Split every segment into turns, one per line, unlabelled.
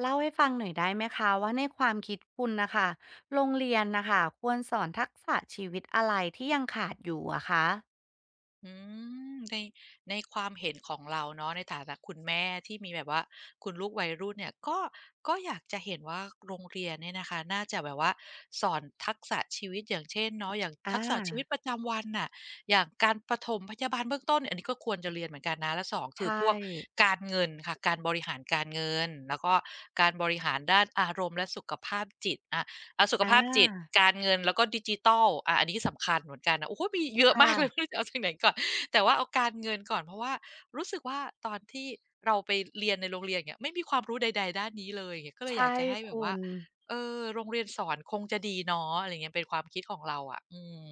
เล่าให้ฟังหน่อยได้ไหมคะว่าในความคิดคุณนะคะโรงเรียนนะคะควรสอนทักษะชีวิตอะไรที่ยังขาดอยู่อะคะ
อืมในในความเห็นของเราเนาะในฐานะคุณแม่ที่มีแบบว่าคุณลูกวัยรุ่นเนี่ยก็อยากจะเห็นว่าโรงเรียนเนี่ยนะคะน่าจะแบบว่าสอนทักษะชีวิตอย่างเช่นเนาะอย่าง
อ
ทักษะชีวิต
า
ประจำวันน่ะอย่างการปฐมพยาบาลเบื้องต้นอันนี้ก็ควรจะเรียนเหมือนกันนะและสองคือ
ใช่
พวกการเงินค่ะการบริหารการเงินแล้วก็การบริหารด้านอารมณ์และสุขภาพจิตเอาสุข
อ
ภาพจิต
า
การเงินแล้วก็ดิจิทัลอันนี้สำคัญเหมือนกันนะโอ้โฮมีเยอะมา
ค่ะ
กเลย ไม่รู้จะเอาจากไหนก่อนแต่ว่าเอาการเงินก่อนเพราะว่ารู้สึกว่าตอนที่เราไปเรียนในโรงเรียนอย่างเงี้ยไม่มีความรู้ใดๆด้านนี้เลยอย่างเงี้ยก็เลยอยา
ใช่
กจะให้แบบ
คุ
ว่า
ณ
เออโรงเรียนสอนคงจะดีเนาะอะไรอย่างเงี้ยเป็นความคิดของเราอะอืม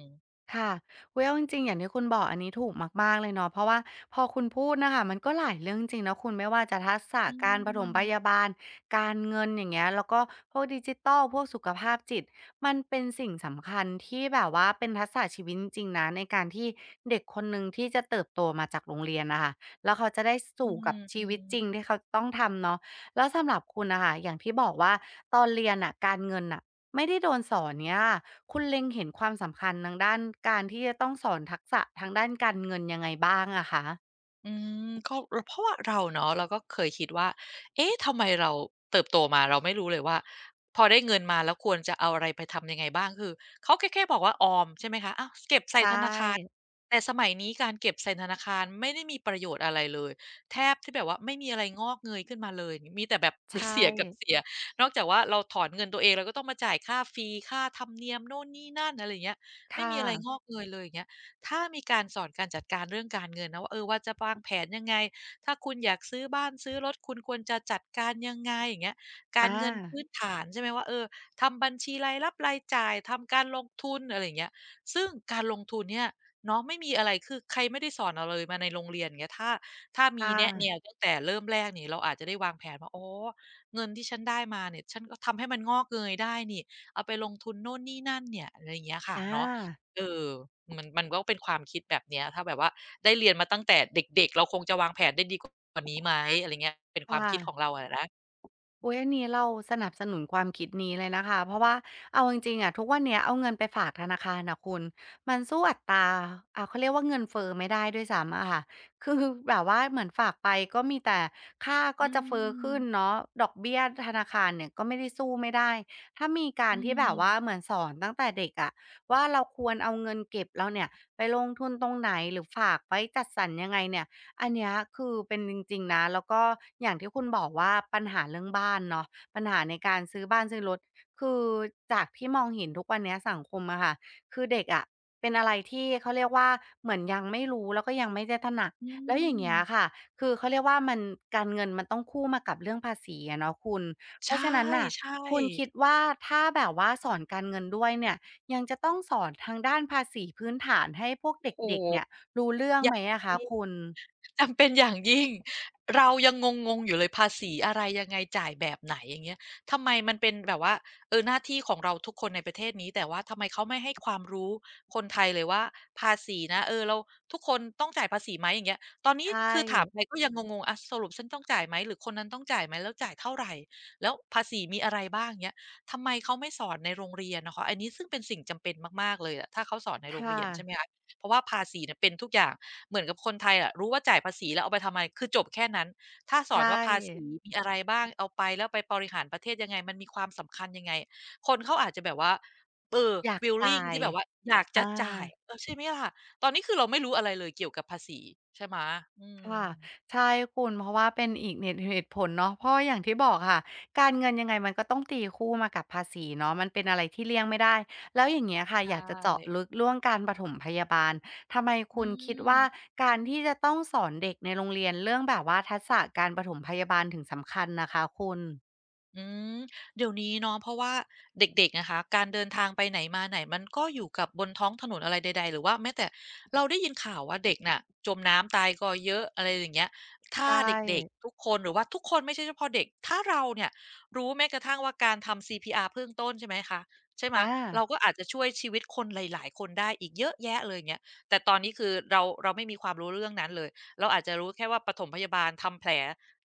ค่ะอุ๊ยเอาจริงๆอย่างที่คุณบอกอันนี้ถูกมากๆเลยเนาะเพราะว่าพอคุณพูดนะคะมันก็หลายเรื่องจริงนะคุณไม่ว่าจะทักษะ
อื
การปฐม
ม
พยาบาลการเงินอย่างเงี้ยแล้วก็พวกดิจิตัลพวกสุขภาพจิตมันเป็นสิ่งสำคัญที่แบบว่าเป็นทักษะชีวิตจริงๆนะในการที่เด็กคนหนึ่งที่จะเติบโตมาจากโรงเรียนนะคะแล้วเขาจะได้
อื
สู่กั
ม
บชีวิตจริง
ๆ
ที่เขาต้องทำเนาะแล้วสำหรับคุณนะคะอย่างที่บอกว่าตอนเรียนอ่ะการเงินอ่ะ ไม่ได้โดนสอนเนี่ยคุณเล็งเห็นความสำคัญทางด้านการที่จะต้องสอนทักษะทางด้านการเงินยังไงบ้างอะคะ
อืก็เพราะว่าเราเนาะเราก็เคยคิดว่าเอ๊ะทำไมเราเติบโตมาเราไม่รู้เลยว่าพอได้เงินมาแล้วควรจะเอาอะไรไปทำยังไงบ้างคือเขาแค่บอกว่าออมใช่ไหมคะอ้าวเก็บ
ใช
ใส่ธนาคาร
่
แต่สมัยนี้การเก็บใส่ธนาคารไม่ได้มีประโยชน์อะไรเลยแทบที่แบบว่าไม่มีอะไรงอกเงยขึ้นมาเลยมีแต่แบบ
ใช
เสียกับ
่
เสียนอกจากว่าเราถอนเงินตัวเองเราก็ต้องมาจ่ายค่าฟรีค่าธรรมเนียมโน่นนี่นั่นอะไรอย่างเงี้ยไม่
ค่ะ
มีอะไรงอกเงยเลยอย่างเงี้ย ถ้ามีการสอนการจัดการเรื่องการเงินนะว่าเออว่าจะวางแผนยังไง ถ้าคุณอยากซื้อบ้านซื้อรถคุณควรจะจัดการยังไงอย่างเงี้ยกา
อ
รเงิน
า
พื้นฐานใช่ไหมว่าเออทำบัญชีรายรับรายจ่ายทำการลงทุนอะไรอย่างเงี้ยซึ่งการลงทุนเนี่ยเนาะไม่มีอะไรคือใครไม่ได้สอนเราเลยมาในโรงเรียนอย่างเงี้ยถ้ามี
ค่ะ
แนะแนวตั้งแต่เริ่มแรกนี่เราอาจจะได้วางแผนว่าอ๋อเงินที่ฉันได้มาเนี่ยฉันก็ทำให้มันงอกเงยได้นี่เอาไปลงทุนโน่นนี่นั่นเนี่ยอะไรอย่างเงี้ยค่ะ
อ
เนาะ
า
เออมันก็เป็นความคิดแบบเนี้ยถ้าแบบว่าได้เรียนมาตั้งแต่เด็กๆเราคงจะวางแผนได้ดีกว่านี้ไหมอะไรเงี้ยเป็น
ค
ความคิดของ
่ะ
เราอะนะ
อุ๊ยอันนี้เราสนับสนุนความคิดนี้เลยนะคะเพราะว่าเอาจริงๆอะทุกวันเนี้ยเอาเงินไปฝากธนาคารน่ะคุณมันสู้อัตราเขาเรียกว่าเงินเฟ้อไม่ได้ด้วยซ้ำอะค่ะ คือแบบว่าเหมือนฝากไปก็มีแต่ค่าก็
อื
จะเฟ้อ
ม
ขึ้นเนาะดอกเบี้ยธนาคารเนี่ยก็ไม่ได้สู้ไม่ได้ถ้ามีกา
อื
รที่แบบว่าเห
ม
มือนสอนตั้งแต่เด็กอะว่าเราควรเอาเงินเก็บเราเนี่ยไปลงทุนตรงไหนหรือฝากไว้จัดสรรยังไงเนี่ย อันเนี้ยคือเป็นจริงๆนะแล้วก็อย่างที่คุณบอกว่าปัญหาเรื่องบ้านเนาะปัญหาในการซื้อบ้านซื้อรถคือจากที่มองเห็นทุกวันเนี้ยสังคมอะค่ะคือเด็กอะเป็นอะไรที่เขาเรียกว่าเหมือนยังไม่รู้แล้วก็ยังไม่ได้ตระหนัก
อื
แล้วอย่า
ม
งเงี้ยค่ะคือเขาเรียกว่ามันการเงินมันต้องคู่มากับเรื่องภาษีอะเนาะคุณเพ
ใช
ราะฉะนั้นน่ะ
่
คุณคิด
ๆ
ว่าถ้าแบบว่าสอนการเงินด้วยเนี่ยยังจะต้องสอนทางด้านภาษีพื้นฐานให้พวกเ
โอ้
ด็ก
โฮ
ๆเนี่ยรู้เรื่อง
อย่า
ไหม
ง
อะคะ
งี้
คุณ
จำเป็นอย่างยิ่งเรายังงงๆอยู่เลยภาษีอะไรยังไงจ่ายแบบไหนอย่างเงี้ยทำไมมันเป็นแบบว่าเออหน้าที่ของเราทุกคนในประเทศนี้แต่ว่าทำไมเขาไม่ให้ความรู้คนไทยเลยว่าภาษีนะเออเราทุกคนต้องจ่ายภาษีไหมอย่างเงี้ยตอนนี้
ใช่
คือถามไปก็ยังงงๆอะสรุปฉันต้องจ่ายไหมหรือคนนั้นต้องจ่ายไหมแล้วจ่ายเท่าไรแล้วภาษีมีอะไรบ้างเงี้ยทำไมเขาไม่สอนในโรงเรียนน่ะคะอันนี้ซึ่งเป็นสิ่งจำเป็นมากๆเลยอะถ้าเขาสอนในโรงเรี
ค่ะ
ยนใช่ไหมคะเพราะว่าภาษีเนี่ยเป็นทุกอย่าง เหมือนกับคนไทยอะรู้ว่าจ่ายภาษีแล้วเอาไปทำไมคือจบแค่นั้นถ้าสอ
ใช่
นว่าภาษีมีอะไรบ้างเอาไปแล้วไปบริหารประเทศยังไงมันมีความสำคัญยังไงคนเขาอาจจะแบบว่าเออ
อยากจ่า
willing
ย
ที่แบบว่าอยาก
อา
จะจ่ายเออใช่ไหมล่ะตอนนี้คือเราไม่รู้อะไรเลยเกี่ยวกับภาษีใช่ไหมอื
ค่ะ
ม
ใช่คุณเพราะว่าเป็นอีกเหตุผลเนาะเพราะอย่างที่บอกค่ะการเงินยังไงมันก็ต้องตีคู่มากับภาษีเนาะมันเป็นอะไรที่เลี่ยงไม่ได้แล้วอย่างเงี้ยค่ะ
ใช่
อยากจะเจาะลึกเรื่องการปฐมพยาบาลทำไม
อื
คุณคิดว่า
ม
การที่จะต้องสอนเด็กในโรงเรียนเรื่องแบบว่าทักษะการปฐมพยาบาลถึงสำคัญน่ะคะคุณ
อืมเดี๋ยวนี้เนาะเพราะว่าเด็กๆนะคะการเดินทางไปไหนมาไหนมันก็อยู่กับบนท้องถนนอะไรใดๆหรือว่าแม้แต่เราได้ยินข่าวว่าเด็กน่ะจมน้ำตายก็เยอะอะไรอย่างเงี้ยถ้า
ใช่
เด็กๆทุกคนหรือว่าทุกคนไม่ใช่เฉพาะเด็กถ้าเราเนี่ยรู้แม้กระทั่งว่าการทำ CPR เบื้องต้นใช่ไหมคะใช่ไหม
อา
เราก็อาจจะช่วยชีวิตคนหลายๆคนได้อีกเยอะแยะเลยอย่างเงี้ยแต่ตอนนี้คือเราไม่มีความรู้เรื่องนั้นเลยเราอาจจะรู้แค่ว่าปฐมพยาบาลทำแผล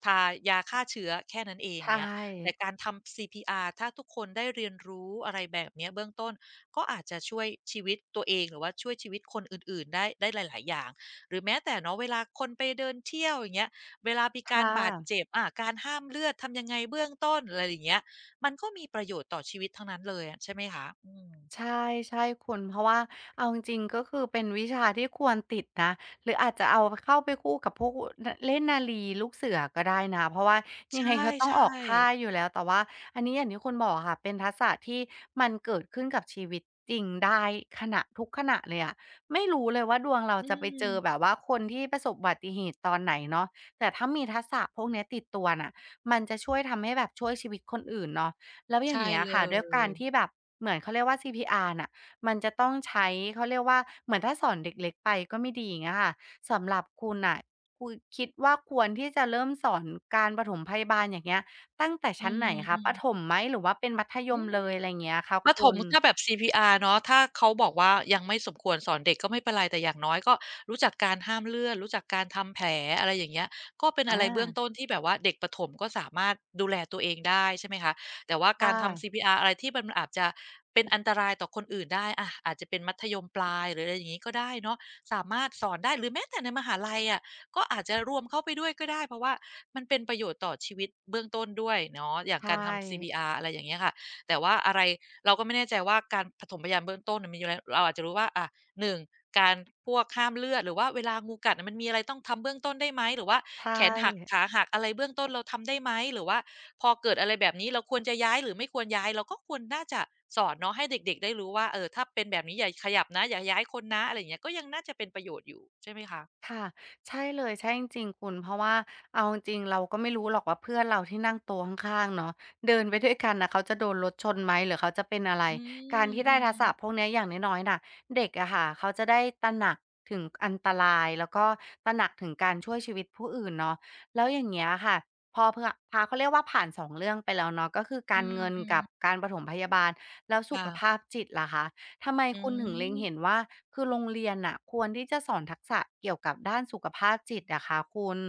ทายาฆ่าเชื้อแค่นั้นเองอย่า
ใช่
งเงี้ย แต่การทำ CPR ถ้าทุกคนได้เรียนรู้อะไรแบบเนี้ยเบื้องต้นก็อาจจะช่วยชีวิตตัวเองหรือว่าช่วยชีวิตคนอื่นๆ ได้หลายๆอย่างหรือแม้แต่เนาะเวลาคนไปเดินเที่ยวอย่างเงี้ยเวลามีการ
ค่ะ
บาดเจ็บการห้ามเลือดทำยังไงเบื้องต้นอะไรอย่างเงี้ยมันก็มีประโยชน์ต่อชีวิตทั้งนั้นเลยอะใช่ไหมคะอืม
ใช่ใช่คุณเพราะว่าเอาจริงๆก็คือเป็นวิชาที่ควรติดนะหรืออาจจะเอาเข้าไปคู่กับพวกนเล่นนารีลูกเสือก็ได้นะเพราะว่า
ใช
ยังไงก็ต้อง
่
ออกค่ายอ
ๆ
ยู่แล้วแต่ว่าอันนี้อย่างที่คุณบอกอะค่ะเป็นทักษะที่มันเกิดขึ้นกับชีวิตจริงได้ขณะทุกขณะเลยอะไม่รู้เลยว่าดวงเรา
อื
จะไปเจอแบ
ม
บว่าคนที่ประสบอุบัติเหตุตอนไหนเนาะแต่ถ้ามีทักษะพวกเนี้ยติดตัวน่ะมันจะช่วยทำให้แบบช่วยชีวิตคนอื่นเนาะ แล้วอย่า
ใช่
งเงี้ย
เล
ค่ะด้วย
ย
การที่แบบเหมือนเขาเรียกว่า CPR น่ะมันจะต้องใช้เขาเรียกว่าเหมือนถ้าสอนเด็กเล็กไปก็ไม่ดีอย่างเงี้ยค่ะสำหรับคุณน่ะคุณคิดว่าควรที่จะเริ่มสอนการปฐมพยาบาลอย่างเงี้ยตั้งแต่
อื
ชั้นไหนคะ
ม
ประถ
ๆ
มไหมหรือว่าเป็นมัธย
อื
ม
ม
เลยอะไรอย่างเงี้ยคะ
ประถ
คุ
ม
ณ
ถ้าแบบ CPR เนาะถ้าเขาบอกว่ายังไม่สมควรสอนเด็กก็ไม่เป็นไรแต่อย่างน้อยก็รู้จักการห้ามเลือดรู้จักการทำแผลอะไรอย่างเงี้ยก็เป็นอะ
อา
ไรเบื้องต้นที่แบบว่าเด็กประถมก็สามารถดูแลตัวเองได้ใช่ไหมคะแต่ว่า
ค่
การทำ
ะ
CPR อะไรที่มันอาจจะเป็นอันตรายต่อคนอื่นได้อาจจะเป็นมัธยมปลายหรืออะไรอย่างงี้ก็ได้เนาะสามารถสอนได้หรือแม้แต่ในมหาลัยอะก็อาจจะรวมเข้าไปด้วยก็ได้เพราะว่ามันเป็นประโยชน์ต่อชีวิตเบื้องต้นด้วยเนาะอย่าง
ใช่
การทำ CPR อะไรอย่างเงี้ยค่ะแต่ว่าอะไร เราก็ไม่แน่ใจว่าการปฐมพยาบาลเบื้องต้นน่ะมีอยู่แล้วเราอาจจะรู้ว่าหนึ่งการพวกห้ามเลือดหรือว่าเวลางูกัดน่ะมันมีอะไรต้องทำเบื้องต้นได้ไหมหรือว่า
ใช่
แขนหักขาหักอะไรเบื้องต้นเราทำได้ไหมหรือว่าพอเกิดอะไรแบบนี้เราควรจะย้ายหรือไม่ควรย้ายเราก็ควรน่าจะสอนเนาะให้เด็กๆได้รู้ว่าเออถ้าเป็นแบบนี้อย่าขยับนะอย่าย้ายคนนะอะไรอย่างเงี้ยก็ยังน่าจะเป็นประโยชน์อยู่ใช่ไหมคะ
ค่ะใช่เลยใช่จริงๆคุณเพราะว่าเอาจริงๆเราก็ไม่รู้หรอกว่าเพื่อนเราที่นั่งโต๊ะข้างๆเนาะเดินไปด้วยกันน่ะเขาจะโดนรถชนไหมหรือเขาจะเป็นอะไร
อื
การ
ม
ที่
อื
ได้
ม
ทักษะพวกเนี้ยอย่างน้อยๆน่ะเด็กอะค่ะเขาจะได้ตระหนักถึงอันตรายแล้วก็ตระหนักถึงการช่วยชีวิตผู้อื่นเนาะแล้วอย่างเงี้ยค่ะพอเผื่อพาเขาเรียกว่าผ่านอสองเรื่องไปแล้วเนาะก็คือ
อื
การเงิน
ม
กับ
ๆ
การปฐมพยาบาลแล้วสุ
ค่ะ
ขภาพจิตล่ะคะ ทำไม
อื
คุณถึงเล็งเห็น
ม
ว่าคือโรงเรียนน่ะควรที่จะสอนทักษะเกี่ยวกับด้านสุขภาพจิตอะคะคุณ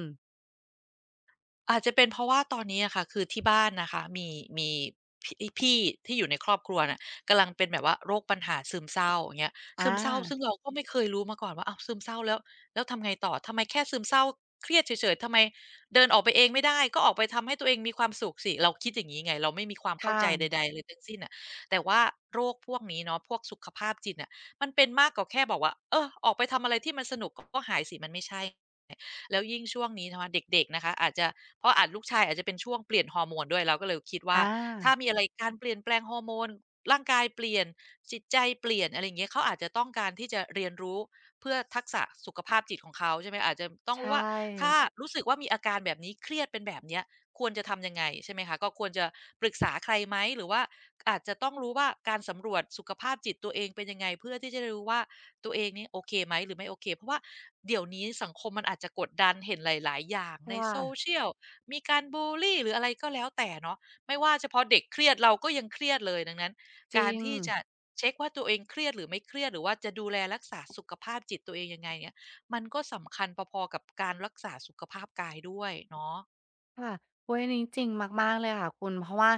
อาจจะเป็นเพราะว่าตอนนี้อะค่ะคือที่บ้านนะคะมีพี่พี่ที่อยู่ในครอบครัวน่ะกำลังเป็นแบบว่าโรคปัญหาซึมเศร้าอย่างเงี้ย
อ
ซึมเศร้าซึ่
า
งเราก็ไม่เคยรู้มาก่อนว่าอ้าวซึมเศร้าแล้วทำไงต่อทำไมแค่ซึมเศร้าเครียดเฉยๆทำไมเดินออกไปเองไม่ได้ก็ออกไปทำให้ตัวเองมีความสุขสิเราคิดอย่างงี้ไงเราไม่มีความเข้าใจ
ค่ะ
ใดๆเลยทั้งสิ้นน่ะแต่ว่าโรคพวกนี้เนาะพวกสุขภาพจิตน่ะมันเป็นมากกว่าแค่บอกว่าเออออกไปทำอะไรที่มันสนุกก็หายสิมันไม่ใช่ แล้วยิ่งช่วงนี้นะคะเด็กๆนะคะอาจจะเพราะอาจลูกชายอาจจะเป็นช่วงเปลี่ยนฮอร์โมนด้วยเราก็เลยคิดว่า
อา
ถ้ามีอะไรการเปลี่ยนแปลงฮอร์โมนร่างกายเปลี่ยนจิตใจเปลี่ยนอะไรอย่างเงี้ยเขาอาจจะต้องการที่จะเรียนรู้เพื่อทักษะสุขภาพจิตของเขาใช่ไหมอาจจะต้อง
ใช
รู้ว่าถ้า
่
รู้สึกว่ามีอาการแบบนี้เครียดเป็นแบบเนี้ยควรจะทำยังไงใช่ไหมคะก็ควรจะปรึกษาใครไหมหรือว่าอาจจะต้องรู้ว่าการสำรวจสุขภาพจิตตัวเองเป็นยังไงเพื่อที่จะได้รู้ว่า ตัวเองนี่โอเคไหมหรือไม่โอเคเพราะว่าเดี๋ยวนี้สังคมมันอาจจะกดดันเห็นหลายๆอย่างใน
ค่ะ
โซ o ชียลมีการบูลลีหรืออะไรก็แล้วแต่เนาะไม่ว่าเฉพาะเด็กเครียดเราก็ยังเครียดเลยดังนั้น
จ
กา
ริ
ร
ง
ที่จะเช็คว่าตัวเองเครียดหรือไม่เครียดหรือว่าจะดูแลรักษาสุขภาพจิตตัวเองยังไงเนี่ยมันก็สำคัญพอๆกับการรักษาสุขภาพกายด้วยเนาะ
ค่ะโอุ๊ยอันนี้จริงมากๆเลยค่ะคุณเพราะว่า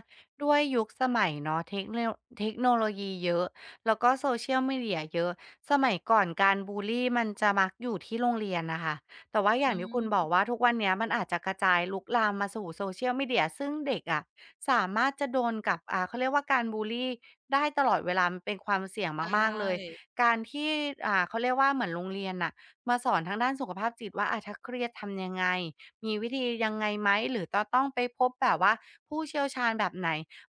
ด้วยยุคสมัยเนาะเทคโนโลยีเยอะแล้วก็ Social Media เยอะสมัยก่อนการบุลลีมันจะมักอยู่ที่โรงเรียนน่ะค่ะแต่ว่าอ
อื
ย่างที่คุณบอก
ม
ว่าทุกวันเนี้ยมันอาจจะกระจายลุกลามมาสู่ Social Media ซึ่งเด็กอะสามารถจะโดนกับเขาเรียกว่าการบุลลีได้ตลอดเวลามันเป็นความเสี่ยง
ใช
มากๆเลย
่
การที่เขาเรียกว่าเหมือนโรงเรียนน่ะมาสอนทางด้านสุขภาพจิตว่าอาถ้าเครียดทำยังไง มีวิธียังไงไหมหรือจะต้องไปพบแบบว่าผู้เชี่ยวชาญแบบไหน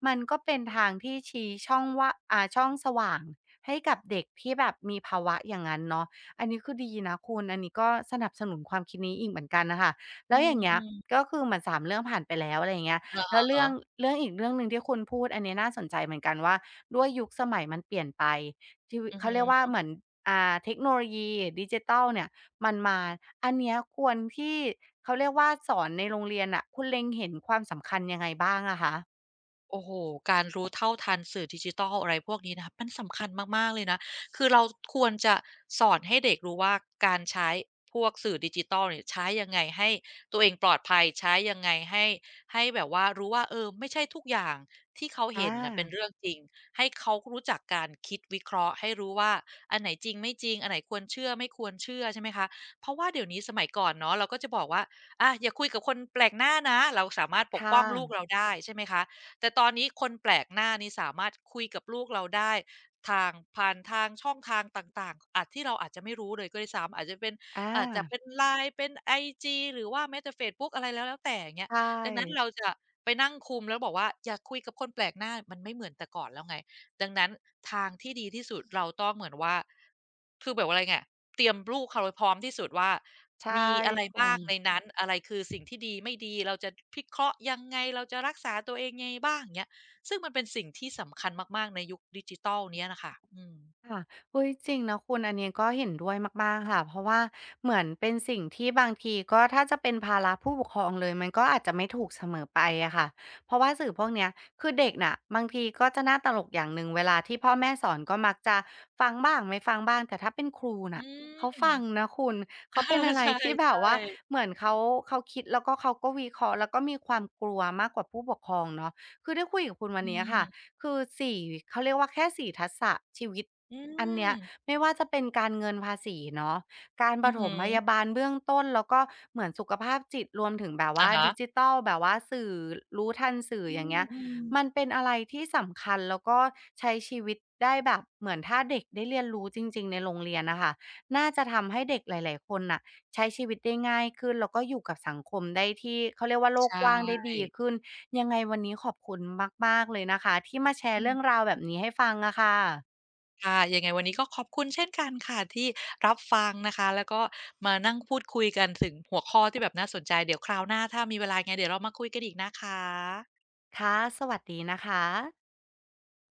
มันก็เป็นทางที่ชี้ช่องว่าช่องสว่างให้กับเด็กที่แบบมีภาวะอย่างงั้นเนาะอันนี้คือดีนะคุณอันนี้ก็สนับสนุนความคิดนี้อีกเหมือนกันน่ะค่ะ
อื
แล้วอย่างเงี้ย
ม
ก็คือเหมือนสามเรื่องผ่านไปแล้วอะไรอย่างเงี้ย
ๆอะ
แล้วเรื่
ฮะ
องอีกเรื่องหนึ่งที่คุณพูดอันนี้น่าสนใจเหมือนกันว่าด้วยยุคสมัยมันเปลี่ยนไปชีวิต
อือ
เขา
ฮึ
เรียกว่าเหมือนเทคโนโลยีดิจิทัลเนี่ย มันมาอันเนี้ยควรที่เขาเรียกว่าสอนในโรงเรียนน่ะคุณเล็งเห็นความสำคัญยังไงบ้างอะคะ
โอ้โฮการรู้เท่าทันสื่อดิจิทัลอะไรพวกนี้นะครับมันสำคัญมากๆเลยนะคือเราควรจะสอนให้เด็กรู้ว่าการใช้พวกสื่อดิจิทัลเนี่ยใช้ยังไงให้ตัวเองปลอดภัย ใช้ยังไงให้แบบว่ารู้ว่าเออไม่ใช่ทุกอย่างที่เขา
อา
เห็นน่ะเป็นเรื่องจริง ให้เขารู้จักการคิดวิเคราะห์ให้รู้ว่าอันไหนจริงไม่จริงอันไหนควรเชื่อไม่ควรเชื่อใช่ไหมคะเพราะว่าเดี๋ยวนี้สมัยก่อนเนาะเราก็จะบอกว่าอย่าคุยกับคนแปลกหน้านะเราสามารถปก
ค่ะ
ป้องลูกเราได้ใช่ไหมคะ แต่ตอนนี้คนแปลกหน้านี่สามารถคุยกับลูกเราได้ทางผ่านทางช่องทางต่างๆอาจที่เราอาจจะไม่รู้เลยก็ด้วยซ้ำอาจจะเป็นอาจจะ
อา
เป็น LINE เป็นไอจีหรือว่าแม้แต่เฟซบุ๊กอะไรแล้วแต่อย่างเงี้ย
ใช
ดังนั้นเรา
่
จะไปนั่งคุมแล้วบอกว่าอย่าคุยกับคนแปลกหน้ามันไม่เหมือนแต่ก่อนแล้วไงดังนั้นทางที่ดีที่สุดเราต้องเหมือนว่าคือแบบว่าอะไรไงเตรียมลูกเขาไว้พร้อมที่สุดว่า
ใช่
มีอะไร
คุ
บ้าง
ณ
ในนั้นอะไรคือสิ่งที่ดีไม่ดีเราจะพิเคราะห์ยังไงเราจะรักษาตัวเองยังไงบ้างเงี้ยซึ่งมันเป็นสิ่งที่สำคัญมากๆในยุคดิจิทัลเนี้ยน่ะค่ะอืม
ค่ะเฮ้ยจริงนะคุณอันนี้ก็เห็นด้วยมากๆค่ะเพราะว่าเหมือนเป็นสิ่งที่บางทีก็ถ้าจะเป็นภาระผู้ปกครองเลยมันก็อาจจะไม่ถูกเสมอไปอะค่ะเพราะว่าสื่อพวกเนี้ยคือเด็กน่ะบางทีก็จะน่าตลกอย่างหนึ่งเวลาที่พ่อแม่สอนก็มักจะฟังบ้างไม่ฟังบ้างแต่ถ้าเป็นครู
อื
น่ะ
ม
เขาฟัง นะคุณ
เอ
เขา
อ
เป็นอะไร
ใช
ที่แบบ
่
ว่า
ๆ
เหมือนเขาคิดแล้วก็เขาก็วิเคราะห์แล้วก็มีความกลัวมากกว่าผู้ปกครองเนาะคือได้คุยกับคุณวัน
อื
นี้อะ
ม
ค่ะ คือ4เขาเรียกว่าแค่4ทักษะชีวิต
อื
อันเนี้
ม
ยไม่ว่าจะเป็นการเงินภาษีเนาะการป
อือ
ฐ
ฮึ
มพยาบาลเบื้องต้นแล้วก็เหมือนสุขภาพจิตรวมถึงแบบ
อะ
ว่า
ฮะ
ดิจิทัลแบบว่าสื่อรู้ทันสื่อ
อ
อย่างเงี้ย
ืม
มัน
ๆ
เป็นอะไรที่สำคัญแล้วก็ใช้ชีวิตได้แบบเหมือนถ้าเด็กได้เรียนรู้จริงๆในโรงเรียนน่ะค่ะน่าจะทำให้เด็กหลายๆคนน่ะ ใช้ชีวิตได้ง่ายขึ้นแล้วก็อยู่กับสังคมได้ที่เขาเรียกว่าโลก
ใช่
กว้างได้ดีขึ้นยังไงวันนี้ขอบคุณมากๆเลยนะคะที่มาแชร์
อื
เรื่อง
ม
ราวแบบนี้ให้ฟังอะค่ะ
ค่ะยังไงวันนี้ก็ขอบคุณเช่นกันค่ะที่รับฟังนะคะแล้วก็มานั่งพูดคุยกันถึงหัวข้อที่แบบน่าสนใจเดี๋ยวคราวหน้าถ้ามีเวลายังไงเดี๋ยวเรามาคุยกันอีกนะคะ
ค่ะสวัสดีนะคะ